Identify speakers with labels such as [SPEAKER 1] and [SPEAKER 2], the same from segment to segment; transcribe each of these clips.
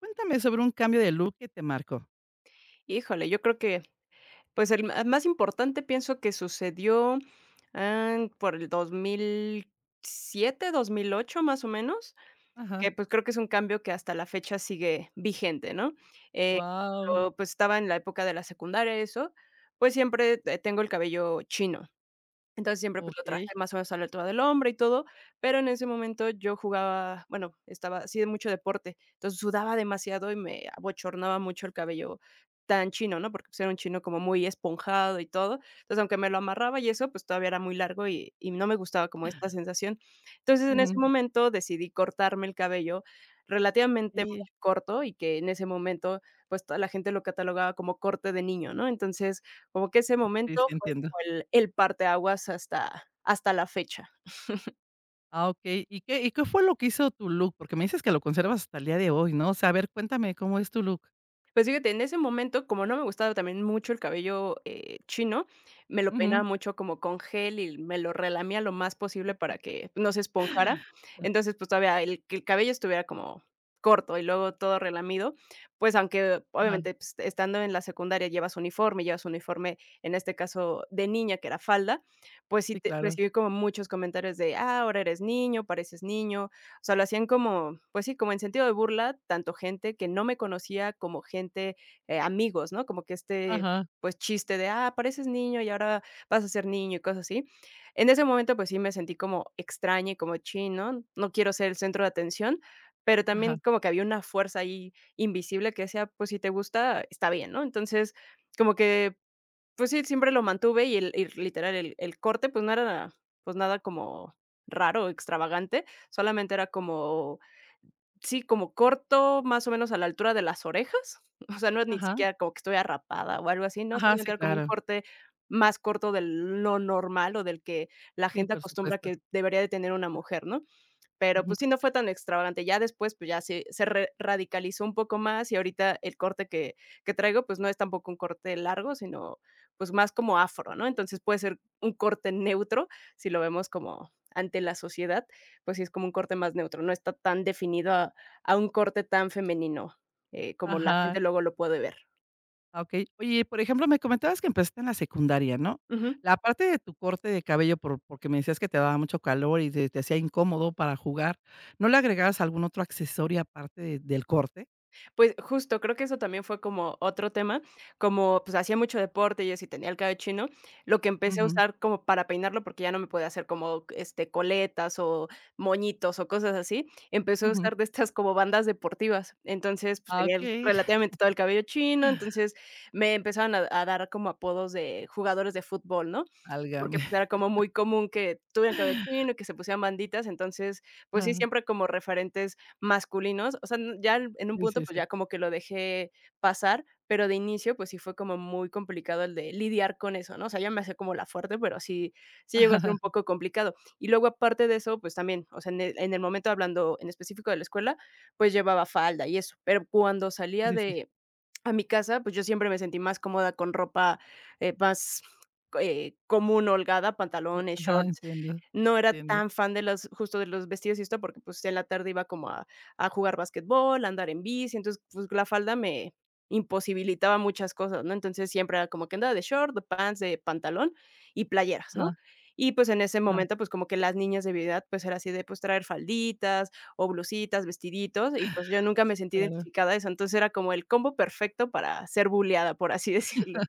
[SPEAKER 1] Cuéntame sobre un cambio de look que te marcó.
[SPEAKER 2] Híjole, yo creo que, pues, el ma más importante pienso que sucedió, por el 2007, 2008, más o menos,
[SPEAKER 1] Ajá.
[SPEAKER 2] que, pues, creo que es un cambio que hasta la fecha sigue vigente, ¿no? Eh,
[SPEAKER 1] Wow.
[SPEAKER 2] Cuando, pues, estaba en la época de la secundaria, eso, pues, siempre, tengo el cabello chino. Entonces, siempre, pues, lo traje
[SPEAKER 1] okey.
[SPEAKER 2] más o menos a la altura del hombro y todo, pero en ese momento yo jugaba, bueno, estaba así de mucho deporte, entonces sudaba demasiado y me abochornaba mucho el cabello tan chino, ¿no? Porque, pues, era un chino como muy esponjado y todo. Entonces, aunque me lo amarraba y eso, pues, todavía era muy largo y no me gustaba como esta sensación. Entonces, en ese
[SPEAKER 1] Ujú.
[SPEAKER 2] momento decidí cortarme el cabello relativamente
[SPEAKER 1] Sí.
[SPEAKER 2] muy corto y que en ese momento, pues, toda la gente lo catalogaba como corte de niño, ¿no? Entonces, como que ese
[SPEAKER 1] Sí, sí,
[SPEAKER 2] momento
[SPEAKER 1] entiendo.
[SPEAKER 2] el parteaguas hasta la fecha.
[SPEAKER 1] Ah, okey, ¿y qué fue lo que hizo tu look? Porque me dices que lo conservas hasta el día de hoy, ¿no? O sea, a ver, cuéntame cómo es tu look.
[SPEAKER 2] Pues fíjate, en ese momento, como no me gustaba también mucho el cabello, chino, me lo peinaba
[SPEAKER 1] Ujú.
[SPEAKER 2] mucho como con gel y me lo relamía lo más posible para que no se esponjara. Entonces, pues, todavía el que el cabello estuviera como corto y luego todo relamido, pues, aunque
[SPEAKER 1] Ajá.
[SPEAKER 2] obviamente, pues, estando en la secundaria llevas uniforme, en este caso de niña, que era falda, pues sí
[SPEAKER 1] Sí,
[SPEAKER 2] te
[SPEAKER 1] claro.
[SPEAKER 2] recibí como muchos comentarios de: "Ah, ahora eres niño, pareces niño". O sea, lo hacían como, pues sí, como en sentido de burla, tanto gente que no me conocía como gente, amigos, ¿no? Como que este,
[SPEAKER 1] Ajá,
[SPEAKER 2] pues, chiste de: "Ah, pareces niño y ahora vas a ser niño", y cosas así. En ese momento, pues sí me sentí como extraña y como: chino. ¿No? No quiero ser el centro de atención, pero también
[SPEAKER 1] ajá,
[SPEAKER 2] como que había una fuerza ahí invisible que decía: "Pues si te gusta, está bien", ¿no? Entonces, como que pues sí, siempre lo mantuve y el y literal, el corte, pues, no era, pues, nada como raro extravagante, solamente era como, sí, como corto, más o menos a la altura de las orejas, o sea, no es ni
[SPEAKER 1] ajá,
[SPEAKER 2] siquiera como que estoy arrapada o algo así, no,
[SPEAKER 1] ajá,
[SPEAKER 2] solamente
[SPEAKER 1] sí,
[SPEAKER 2] era como un
[SPEAKER 1] claro.
[SPEAKER 2] corte más corto de lo normal o del que la
[SPEAKER 1] Sí,
[SPEAKER 2] gente
[SPEAKER 1] por
[SPEAKER 2] acostumbra
[SPEAKER 1] supuesto.
[SPEAKER 2] que debería de tener una mujer, ¿no? Pero,
[SPEAKER 1] Ujú.
[SPEAKER 2] pues sí, no fue tan extravagante. Ya después, pues ya se re radicalizó un poco más y ahorita el corte que traigo, pues no es tampoco un corte largo, sino, pues más como afro, ¿no? Entonces puede ser un corte neutro, si lo vemos como ante la sociedad, pues sí es como un corte más neutro, no está tan definido a un corte tan femenino, como la
[SPEAKER 1] Ajá.
[SPEAKER 2] gente luego lo puede ver.
[SPEAKER 1] Ah, okey. Oye, por ejemplo, me comentabas que empezaste en la secundaria, ¿no?
[SPEAKER 2] Ujú.
[SPEAKER 1] La parte de tu corte de cabello, porque me decías que te daba mucho calor y te hacía incómodo para jugar, ¿no le agregabas algún otro accesorio aparte de del corte?
[SPEAKER 2] Pues justo, creo que eso también fue como otro tema, como, pues, hacía mucho deporte y así tenía el cabello chino, lo que empecé a
[SPEAKER 1] Ujú,
[SPEAKER 2] usar como para peinarlo, porque ya no me podía hacer como, este, coletas o moñitos o cosas así, empecé a
[SPEAKER 1] ujú.
[SPEAKER 2] usar de estas como bandas deportivas. Entonces, pues,
[SPEAKER 1] Ah,
[SPEAKER 2] tenía el
[SPEAKER 1] okey.
[SPEAKER 2] relativamente todo el cabello chino, entonces me empezaban a dar como apodos de jugadores de fútbol, ¿no? Porque,
[SPEAKER 1] Válgame.
[SPEAKER 2] pues, era como muy común que tuvieran cabello chino, que se pusieran banditas, entonces, pues sí,
[SPEAKER 1] Ajá.
[SPEAKER 2] siempre como referentes masculinos, o sea, n ya en un
[SPEAKER 1] Sí,
[SPEAKER 2] punto,
[SPEAKER 1] sí,
[SPEAKER 2] pues,
[SPEAKER 1] sí.
[SPEAKER 2] ya como que lo dejé pasar, pero de inicio, pues sí fue como muy complicado el de lidiar con eso, ¿no? O sea, ya me hacía como la fuerte, pero sí llegó a ser
[SPEAKER 1] ajá.
[SPEAKER 2] un poco complicado. Y luego, aparte de eso, pues también, o sea, en el momento hablando en específico de la escuela, pues llevaba falda y eso, pero cuando
[SPEAKER 1] Sí,
[SPEAKER 2] salía
[SPEAKER 1] sí, sí.
[SPEAKER 2] de a mi casa, pues, yo siempre me sentí más cómoda con ropa, más, común, holgada, pantalones,
[SPEAKER 1] Ajá,
[SPEAKER 2] shorts.
[SPEAKER 1] entiendo.
[SPEAKER 2] No era
[SPEAKER 1] Entiendo.
[SPEAKER 2] tan fan de los justo de los vestidos y esto, porque, pues, en la tarde iba como a jugar básquetbol a andar en bici, entonces, pues, la falda me imposibilitaba muchas cosas, ¿no? Entonces, siempre era como que andaba de short, de pants, de pantalón y playeras, ¿no?
[SPEAKER 1] Ajá,
[SPEAKER 2] Y, pues, en ese
[SPEAKER 1] ajá,
[SPEAKER 2] momento, pues, como que las niñas de mi edad, pues, era así de, pues, traer falditas, o blusitas, vestiditos, y pues yo nunca me sentí
[SPEAKER 1] claro.
[SPEAKER 2] identificada a eso. Entonces era como el combo perfecto para ser buleada, por así decirlo.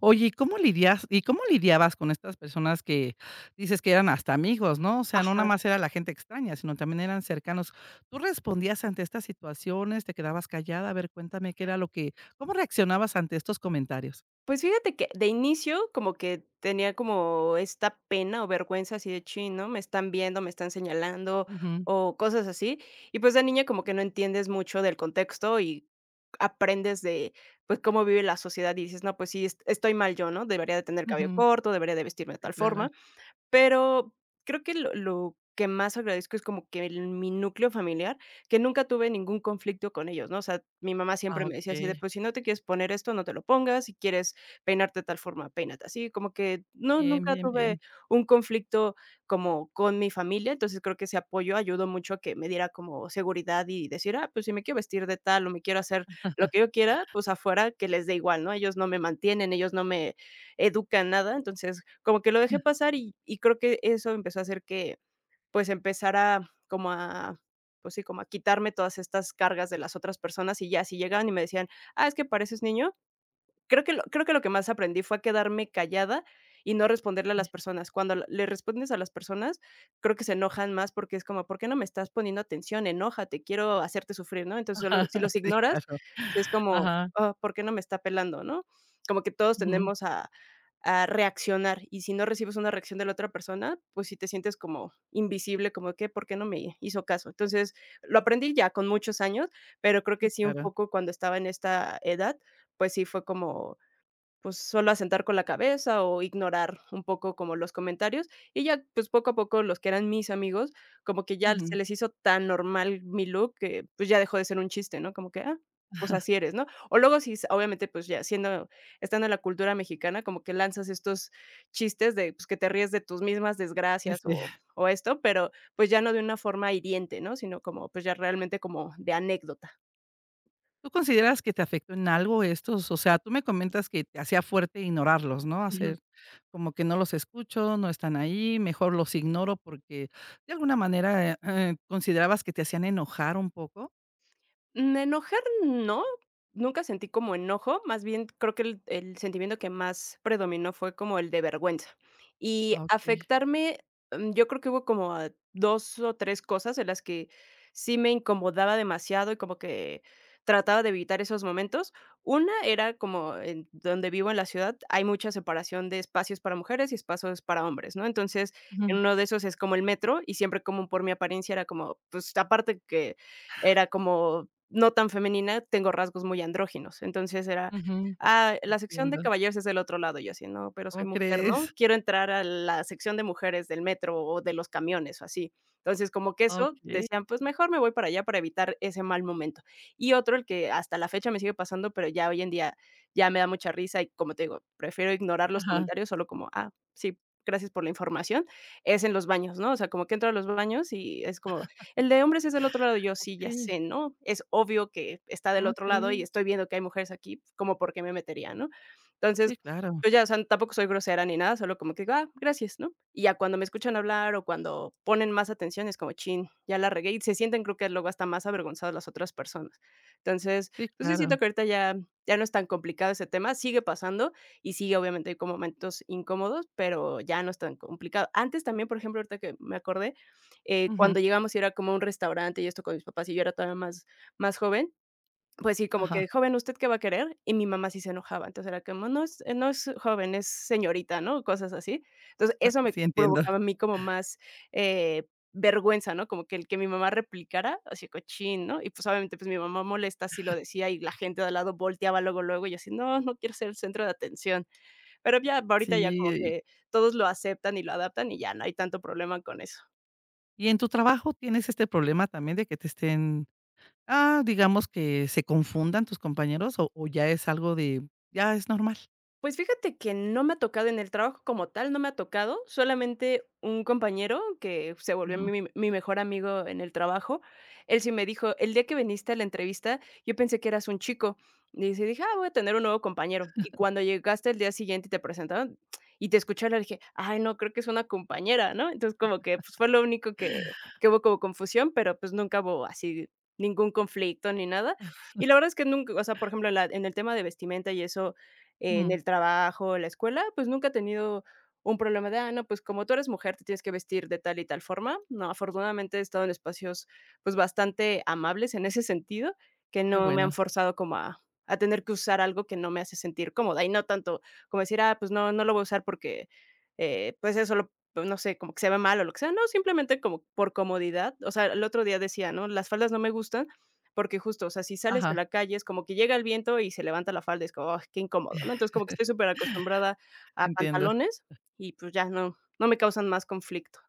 [SPEAKER 1] Oye, ¿y cómo lidias y cómo lidiabas con estas personas que dices que eran hasta amigos, no? O sea, no nada
[SPEAKER 2] Ajá.
[SPEAKER 1] más era la gente extraña, sino también eran cercanos. ¿Tú respondías ante estas situaciones? ¿Te quedabas callada? A ver, cuéntame qué era lo que ¿cómo reaccionabas ante estos comentarios?
[SPEAKER 2] Pues fíjate que de inicio como que tenía como esta pena o vergüenza así de chino. Me están viendo, me están señalando
[SPEAKER 1] Ujú,
[SPEAKER 2] o cosas así. Y pues de niña como que no entiendes mucho del contexto y aprendes de pues cómo vive la sociedad y dices, no, pues sí, estoy mal yo, ¿no? Debería de tener cabello
[SPEAKER 1] ujú.
[SPEAKER 2] corto, debería de vestirme de
[SPEAKER 1] Sí,
[SPEAKER 2] tal
[SPEAKER 1] claro.
[SPEAKER 2] forma. Pero creo que lo que más agradezco es como que el mi núcleo familiar, que nunca tuve ningún conflicto con ellos, ¿no? O sea, mi mamá
[SPEAKER 1] Ah,
[SPEAKER 2] siempre me decía así de:
[SPEAKER 1] okey.
[SPEAKER 2] "Pues, si no te quieres poner esto, no te lo pongas, si quieres peinarte de tal forma, peínate así", como que no,
[SPEAKER 1] Bien,
[SPEAKER 2] nunca
[SPEAKER 1] bien,
[SPEAKER 2] tuve
[SPEAKER 1] bien.
[SPEAKER 2] un conflicto como con mi familia, entonces creo que ese apoyo ayudó mucho a que me diera como seguridad y decir: "Ah, pues, si me quiero vestir de tal o me quiero hacer lo que yo quiera, pues, afuera que les dé igual", ¿no? Ellos no me mantienen, ellos no me educa nada, entonces como que lo dejé pasar y creo que eso empezó a hacer que, pues, empezara como a, pues sí, como a quitarme todas estas cargas de las otras personas y ya, si llegaban y me decían: "Ah, es que pareces niño", creo que lo que más aprendí fue a quedarme callada y no responderle a las personas. Cuando le respondes a las personas, creo que se enojan más porque es como, ¿por qué no me estás poniendo atención? Enójate, quiero hacerte sufrir, ¿no? Entonces, solo si los
[SPEAKER 1] Sí,
[SPEAKER 2] ignoras,
[SPEAKER 1] claro.
[SPEAKER 2] sí es como,
[SPEAKER 1] Ajá.
[SPEAKER 2] ah, ¿por qué no me está pelando?, ¿no? Como que todos
[SPEAKER 1] Ujú.
[SPEAKER 2] tendemos a reaccionar, y si no recibes una reacción de la otra persona, pues si te sientes como invisible, como que, ¿por qué no me hizo caso? Entonces, lo aprendí ya con muchos años, pero creo
[SPEAKER 1] Sí,
[SPEAKER 2] que sí un
[SPEAKER 1] claro.
[SPEAKER 2] poco cuando estaba en esta edad, pues sí fue como, pues, solo asentar con la cabeza o ignorar un poco como los comentarios, y ya, pues, poco a poco los que eran mis amigos, como que ya se
[SPEAKER 1] Ujú.
[SPEAKER 2] les hizo tan normal mi look que, pues, ya dejó de ser un chiste, ¿no? Como que, ah, pues, así eres, ¿no? O luego sí, s obviamente, pues, ya siendo estando en la cultura mexicana, como que lanzas estos chistes de, pues, que te ríes de tus mismas desgracias
[SPEAKER 1] Este
[SPEAKER 2] o esto, pero, pues, ya no de una forma hiriente, ¿no? Sino como, pues, ya realmente como de anécdota.
[SPEAKER 1] ¿Tú consideras que te afectó en algo estos? O sea, tú me comentas que te hacía fuerte ignorarlos, ¿no? Hacer como que no los escucho, no están ahí, mejor los ignoro porque de alguna manera, considerabas que te hacían enojar un poco.
[SPEAKER 2] Mm, enojar no, nunca sentí como enojo, más bien creo que el sentimiento que más predominó fue como el de vergüenza. Y
[SPEAKER 1] Ah, okey.
[SPEAKER 2] afectarme, mm, yo creo que hubo como a 2 o 3 cosas en las que sí me incomodaba demasiado y como que trataba de evitar esos momentos. Una era como en donde vivo en la ciudad, hay mucha separación de espacios para mujeres y espacios para hombres, ¿no? Entonces, en
[SPEAKER 1] Ujú,
[SPEAKER 2] uno de esos es como el metro y siempre como por mi apariencia era como, pues, aparte que era como no tan femenina, tengo rasgos muy andróginos. Entonces era:
[SPEAKER 1] ujú,
[SPEAKER 2] "Ah, la sección de
[SPEAKER 1] entiendo.
[SPEAKER 2] caballeros es del otro lado", y yo así: "No, pero soy
[SPEAKER 1] ¿Cómo
[SPEAKER 2] mujer, ¿no?
[SPEAKER 1] crees?
[SPEAKER 2] Quiero entrar a la sección de mujeres del metro o de los camiones", o así. Entonces, como que eso,
[SPEAKER 1] Okey,
[SPEAKER 2] decían: "Pues mejor me voy para allá para evitar ese mal momento". Y otro, el que hasta la fecha me sigue pasando, pero ya hoy en día ya me da mucha risa y, como te digo, prefiero ignorar los
[SPEAKER 1] ajá,
[SPEAKER 2] comentarios solo como: "Ah, sí, gracias por la información", es en los baños, ¿no? O sea, como que entro a los baños y es como: el de hombres es del otro lado, yo sí, ya
[SPEAKER 1] okey.
[SPEAKER 2] sé, ¿no? Es obvio que está del
[SPEAKER 1] ¿Cómo
[SPEAKER 2] otro lado
[SPEAKER 1] crees?
[SPEAKER 2] y estoy viendo que hay mujeres aquí, como por qué me metería, ¿no? Entonces,
[SPEAKER 1] Sí, claro,
[SPEAKER 2] yo ya, o sea, tampoco soy grosera ni nada, solo como que digo: "Ah, gracias", ¿no? Y ya cuando me escuchan hablar o cuando ponen más atención es como: "Chin, ya la regué", y se sienten, creo que luego hasta más avergonzadas las otras personas. Entonces,
[SPEAKER 1] sí,
[SPEAKER 2] pues sí siento
[SPEAKER 1] claro.
[SPEAKER 2] que ahorita ya no es tan complicado ese tema, sigue pasando y sigue, obviamente hay como momentos incómodos, pero ya no es tan complicado. Antes también, por ejemplo, ahorita que me acordé,
[SPEAKER 1] Ujú,
[SPEAKER 2] cuando llegamos, sí era como un restaurante y esto con mis papás, y yo era todavía más joven, pues sí, como que:
[SPEAKER 1] ajá,
[SPEAKER 2] "Joven, ¿usted qué va a querer?". Y mi mamá sí se enojaba, entonces era como: "No es no es joven, es señorita", ¿no? Cosas así. Entonces, eso me
[SPEAKER 1] sí entiendo.
[SPEAKER 2] provocaba a mí como más, eh, vergüenza, ¿no? Como que el que mi mamá replicara, así cochín, ¿no? Y, pues, obviamente, pues, mi mamá molesta así lo decía, y la gente de al lado volteaba luego, luego, y yo así: "No, no quiero ser el centro de atención". Pero ya, ahorita ya como
[SPEAKER 1] Sí,
[SPEAKER 2] que todos lo aceptan y lo adaptan, y ya no hay tanto problema con eso.
[SPEAKER 1] ¿y en tu trabajo tienes este problema también de que te estén Ah, digamos que se confundan tus compañeros o ya es algo de ya es normal.
[SPEAKER 2] Pues fíjate que no me ha tocado en el trabajo como tal, no me ha tocado, solamente un compañero que se volvió
[SPEAKER 1] Ujú,
[SPEAKER 2] mejor amigo en el trabajo, él sí me dijo, el día que viniste a la entrevista, yo pensé que eras un chico. Y sí dije, ah, voy a tener un nuevo compañero. Y cuando llegaste el día siguiente y te presentaron y te escuché hablar, dije, ay, no, creo que es una compañera, ¿no? Entonces como que pues, fue lo único que hubo como confusión, pero pues nunca hubo así ningún conflicto ni nada. Y la verdad es que nunca, o sea, por ejemplo, en el tema de vestimenta y eso, en
[SPEAKER 1] ujú,
[SPEAKER 2] el trabajo, la escuela, pues nunca he tenido un problema de, ah, no, pues como tú eres mujer, te tienes que vestir de tal y tal forma. No, afortunadamente he estado en espacios pues bastante amables en ese sentido, que
[SPEAKER 1] qué
[SPEAKER 2] no me han
[SPEAKER 1] bueno.
[SPEAKER 2] forzado como a tener que usar algo que no me hace sentir cómoda y no tanto como decir, ah, pues no, no lo voy a usar porque, pues eso lo pues, no sé, como que se ve mal o lo que sea, no, simplemente como por comodidad. O sea, el otro día decía, ¿no? Las faldas no me gustan porque justo, o sea, si sales a
[SPEAKER 1] Ajá,
[SPEAKER 2] la calle, es como que llega el viento y se levanta la falda, es como, ¡ay, qué incómodo!, ¿no? Entonces, como que estoy superacostumbrada a
[SPEAKER 1] entiendo.
[SPEAKER 2] pantalones y, pues, ya no me causan más conflicto.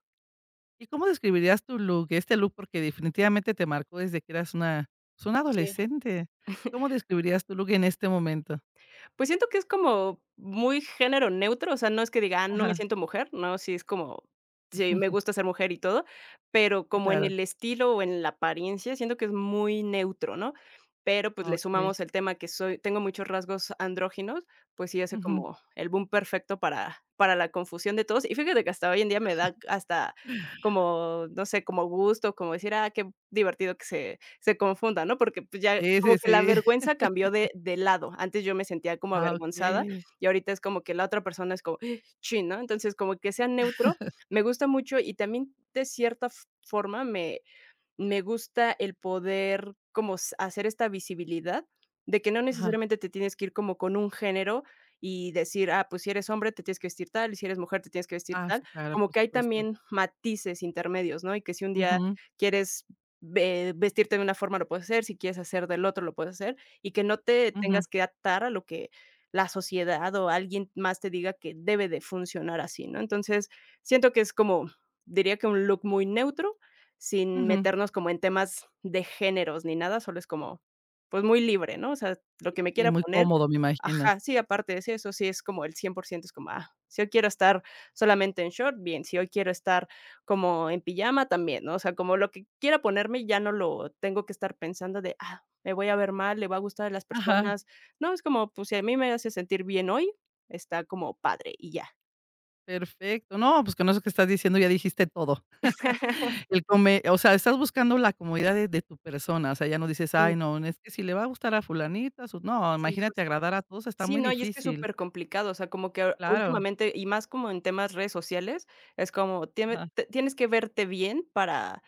[SPEAKER 1] ¿Y cómo describirías tu look? Este look, porque definitivamente te marcó desde que eras una, pues, una
[SPEAKER 2] Sí.
[SPEAKER 1] adolescente. ¿Cómo describirías tu look en este momento?
[SPEAKER 2] Pues siento que es como muy género neutro, o sea, no es que diga: "Ah, no me
[SPEAKER 1] Ajá.
[SPEAKER 2] siento mujer", no, sí es como, sí me gusta ser mujer y todo, pero
[SPEAKER 1] Sí,
[SPEAKER 2] como en
[SPEAKER 1] claro.
[SPEAKER 2] el estilo o en la apariencia, siento que es muy neutro, ¿no? Pero, pues,
[SPEAKER 1] Ah,
[SPEAKER 2] le
[SPEAKER 1] okey.
[SPEAKER 2] sumamos el tema que soy tengo muchos rasgos andróginos, pues sí hace
[SPEAKER 1] Ujú.
[SPEAKER 2] como el boom perfecto para la confusión de todos. Y fíjate que hasta hoy en día me da hasta como, no sé, como gusto, como decir: "Ah, qué divertido que se confunda, ¿no? Porque, pues, ya
[SPEAKER 1] Sí,
[SPEAKER 2] como
[SPEAKER 1] sí,
[SPEAKER 2] que la
[SPEAKER 1] sí.
[SPEAKER 2] vergüenza cambió de lado. Antes yo me sentía como
[SPEAKER 1] Ah,
[SPEAKER 2] avergonzada
[SPEAKER 1] okey.
[SPEAKER 2] y ahorita es como que la otra persona es como, "Ah, chin, ¿no? Entonces, como que sea neutro, me gusta mucho y también de cierta f forma me gusta el poder como s hacer esta visibilidad de que no
[SPEAKER 1] Ajá.
[SPEAKER 2] necesariamente te tienes que ir como con un género y decir: "Ah, pues si eres hombre te tienes que vestir tal, y si eres mujer te tienes que vestir
[SPEAKER 1] Ah,
[SPEAKER 2] tal",
[SPEAKER 1] sí, claro,
[SPEAKER 2] como
[SPEAKER 1] por
[SPEAKER 2] que hay
[SPEAKER 1] supuesto.
[SPEAKER 2] también matices intermedios, ¿no? Y que si un día
[SPEAKER 1] Ujú,
[SPEAKER 2] quieres ve vestirte de una forma, lo puedes hacer, si quieres hacer del otro, lo puedes hacer, y que no te
[SPEAKER 1] ujú,
[SPEAKER 2] tengas que atar a lo que la sociedad o alguien más te diga que debe de funcionar así, ¿no? Entonces, siento que es como, diría que un look muy neutro, sin
[SPEAKER 1] ujú.
[SPEAKER 2] meternos como en temas de géneros ni nada, solo es como, pues, muy libre, ¿no? O sea, lo que me
[SPEAKER 1] Y
[SPEAKER 2] quiera
[SPEAKER 1] muy
[SPEAKER 2] poner
[SPEAKER 1] cómodo, me imagino.
[SPEAKER 2] ajá, sí, aparte de eso, eso sí es como el 100% es como, ah, si hoy quiero estar solamente en short, bien, si hoy quiero estar como en pijama, también, ¿no? O sea, como lo que quiera ponerme, ya no lo tengo que estar pensando de: "Ah, me voy a ver mal, le va a gustar a las
[SPEAKER 1] Ajá.
[SPEAKER 2] personas". No, es como, pues, si a mí me hace sentir bien hoy, está como padre y ya.
[SPEAKER 1] Perfecto. No, pues con eso que estás diciendo ya dijiste todo. El come o sea, estás buscando la comodidad de tu persona, o sea, ya no dices:
[SPEAKER 2] Sí,
[SPEAKER 1] "Ay, no, es que si le va a gustar a fulanita, su". No,
[SPEAKER 2] sí,
[SPEAKER 1] imagínate
[SPEAKER 2] jus
[SPEAKER 1] agradar a todos, está
[SPEAKER 2] Sí,
[SPEAKER 1] muy
[SPEAKER 2] no, y es que es
[SPEAKER 1] difícil.
[SPEAKER 2] súper complicado, o sea, como que a
[SPEAKER 1] Claro.
[SPEAKER 2] últimamente, y más como en temas redes sociales, es como tiene
[SPEAKER 1] Ajá.
[SPEAKER 2] te tienes que verte bien para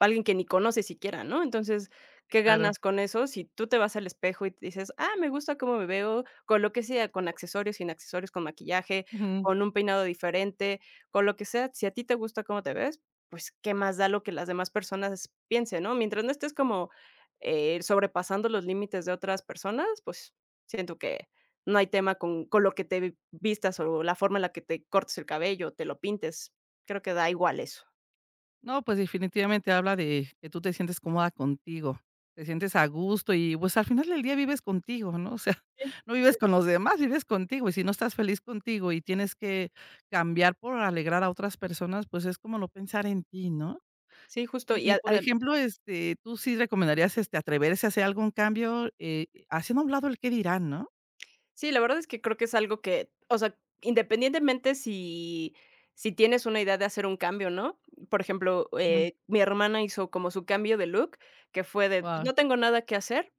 [SPEAKER 2] Alguien que ni conoce siquiera, ¿no? Entonces,
[SPEAKER 1] Sí,
[SPEAKER 2] ¿qué
[SPEAKER 1] claro.
[SPEAKER 2] ganas con eso? Si tú te vas al espejo y te dices: "Ah, me gusta cómo me veo", con lo que sea, con accesorios, sin accesorios, con maquillaje,
[SPEAKER 1] Ujú.
[SPEAKER 2] con un peinado diferente, con lo que sea, si a ti te gusta cómo te ves, pues, ¿qué más da lo que las demás personas piensen, no? Mientras no estés como, sobrepasando los límites de otras personas, pues, siento que no hay tema con lo que te vi vistas o la forma en la que te cortes el cabello, te lo pintes. Creo que da igual eso.
[SPEAKER 1] No, pues definitivamente habla de que tú te sientes cómoda contigo, te sientes a gusto y, pues, al final del día vives contigo, ¿no? O sea,
[SPEAKER 2] Sí,
[SPEAKER 1] no
[SPEAKER 2] sí.
[SPEAKER 1] vives con los demás, vives contigo, y si no estás feliz contigo y tienes que cambiar por alegrar a otras personas, pues, es como no pensar en ti, ¿no?
[SPEAKER 2] Sí, justo, y a
[SPEAKER 1] Por
[SPEAKER 2] adem
[SPEAKER 1] ejemplo, este, ¿tú sí recomendarías, este, atreverse a hacer algún cambio, haciendo a un lado el qué dirán, no?
[SPEAKER 2] sí, la verdad es que creo que es algo que, o sea, independientemente si si tienes una idea de hacer un cambio, ¿no? Por ejemplo,
[SPEAKER 1] Ujú.
[SPEAKER 2] mi hermana hizo como su cambio de look, que fue de: "Pues
[SPEAKER 1] Guau.
[SPEAKER 2] no tengo nada que hacer,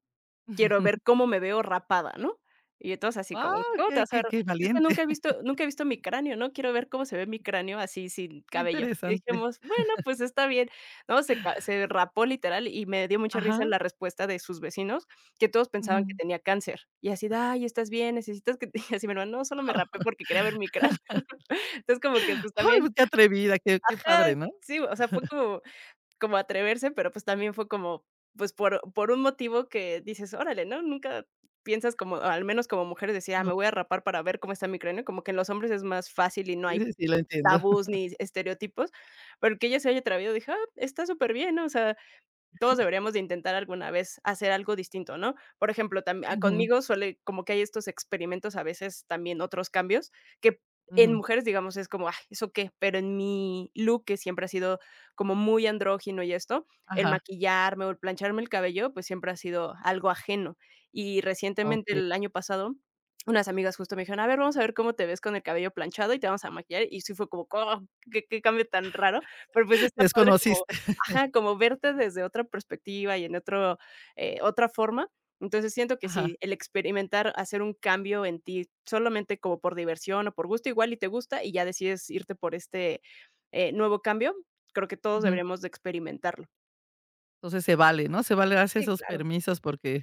[SPEAKER 2] quiero ver cómo me veo rapada, ¿no? Y entonces así como,
[SPEAKER 1] Guau,
[SPEAKER 2] ¿cómo te
[SPEAKER 1] qué
[SPEAKER 2] vas a
[SPEAKER 1] qué
[SPEAKER 2] ver?
[SPEAKER 1] qué
[SPEAKER 2] Es que
[SPEAKER 1] valiente,
[SPEAKER 2] nunca he visto mi cráneo, ¿no? Quiero ver cómo se ve mi cráneo así sin
[SPEAKER 1] qué
[SPEAKER 2] cabello. Y
[SPEAKER 1] interesante.
[SPEAKER 2] dijimos: "Bueno, pues está bien", ¿no? Se rapó literal y me dio mucha risa
[SPEAKER 1] Ajá,
[SPEAKER 2] la respuesta de sus vecinos, que todos pensaban que
[SPEAKER 1] ujú.
[SPEAKER 2] tenía cáncer. Y así de: "Ay, ¿estás bien? Necesitas que te" Y así mi hermano: "No, solo me rapé porque quería ver mi cráneo". Entonces como que, pues,
[SPEAKER 1] Ay,
[SPEAKER 2] también
[SPEAKER 1] pues, qué atrevida, qué
[SPEAKER 2] ajá,
[SPEAKER 1] padre, ¿no?
[SPEAKER 2] sí, o sea, fue como como atreverse, pero, pues, también fue como, pues, por un motivo que dices: "Órale", ¿no? Nunca piensas como al menos como mujeres decía "Ah,
[SPEAKER 1] No,
[SPEAKER 2] me voy a rapar para ver cómo está mi cráneo", como que en los hombres es más fácil y no
[SPEAKER 1] sí,
[SPEAKER 2] hay
[SPEAKER 1] sí, sí, lo entiendo.
[SPEAKER 2] tabús ni estereotipos, pero que ella se haya atrevido, dije: "Ah, está súper bien ¿no? O sea, todos deberíamos de intentar alguna vez hacer algo distinto, ¿no? Por ejemplo,
[SPEAKER 1] Ujú,
[SPEAKER 2] conmigo suele como que hay estos experimentos, a veces también otros cambios, que en
[SPEAKER 1] ujú.
[SPEAKER 2] mujeres, digamos, es como: "Ay, ¿eso qué?". Pero en mi look, que siempre ha sido como muy andrógino y esto, el
[SPEAKER 1] Ajá,
[SPEAKER 2] maquillarme o el plancharme el cabello, pues siempre ha sido algo ajeno. Y recientemente,
[SPEAKER 1] okey.
[SPEAKER 2] el año pasado, unas amigas justo me dijeron: "A ver, vamos a ver cómo te ves con el cabello planchado y te vamos a maquillar". Y sí fue como: "Oh, qué cambio tan raro". Pero, pues, está padre como
[SPEAKER 1] Desconociste.
[SPEAKER 2] Ajá, como verte desde otra perspectiva y en otro, otra forma. Entonces, siento que
[SPEAKER 1] Ajá,
[SPEAKER 2] sí, el experimentar, hacer un cambio en ti, solamente como por diversión o por gusto, igual y te gusta, y ya decides irte por este, nuevo cambio, creo que todos
[SPEAKER 1] ujú.
[SPEAKER 2] deberíamos de experimentarlo.
[SPEAKER 1] Entonces se vale, ¿no? Se vale darse
[SPEAKER 2] Sí,
[SPEAKER 1] esos
[SPEAKER 2] claro.
[SPEAKER 1] permisos porque,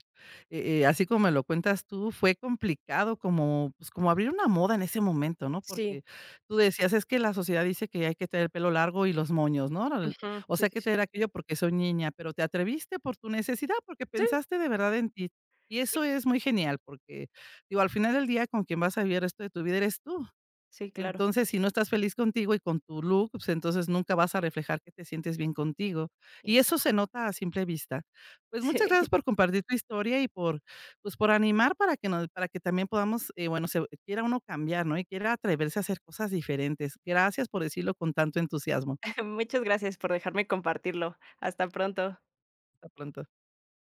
[SPEAKER 1] así como me lo cuentas tú, fue complicado como, pues, como abrir una moda en ese momento, ¿no?
[SPEAKER 2] Sí.
[SPEAKER 1] Porque tú decías: "Es que la sociedad dice que hay que tener el pelo largo y los moños", ¿no? Al-
[SPEAKER 2] Ujú.
[SPEAKER 1] O
[SPEAKER 2] Sí,
[SPEAKER 1] sea, hay
[SPEAKER 2] sí,
[SPEAKER 1] que
[SPEAKER 2] sí.
[SPEAKER 1] tener aquello porque soy niña, pero te atreviste por tu necesidad, porque
[SPEAKER 2] Sí.
[SPEAKER 1] pensaste de verdad en ti. Y eso es muy genial porque, digo, al final del día con quien vas a vivir esto de tu vida eres tú.
[SPEAKER 2] Sí, claro.
[SPEAKER 1] Entonces, si no estás feliz contigo y con tu look, pues, entonces nunca vas a reflejar que te sientes bien contigo. Y eso se
[SPEAKER 2] Exacto.
[SPEAKER 1] nota a simple vista. Pues, muchas
[SPEAKER 2] Sí.
[SPEAKER 1] gracias por compartir tu historia y por, pues, por animar para que nos para que también podamos, bueno, se quiera uno cambiar, ¿no? Y quiera atreverse a hacer cosas diferentes. Gracias por decirlo con tanto entusiasmo.
[SPEAKER 2] Muchas gracias por dejarme compartirlo. Hasta pronto.
[SPEAKER 1] Hasta pronto.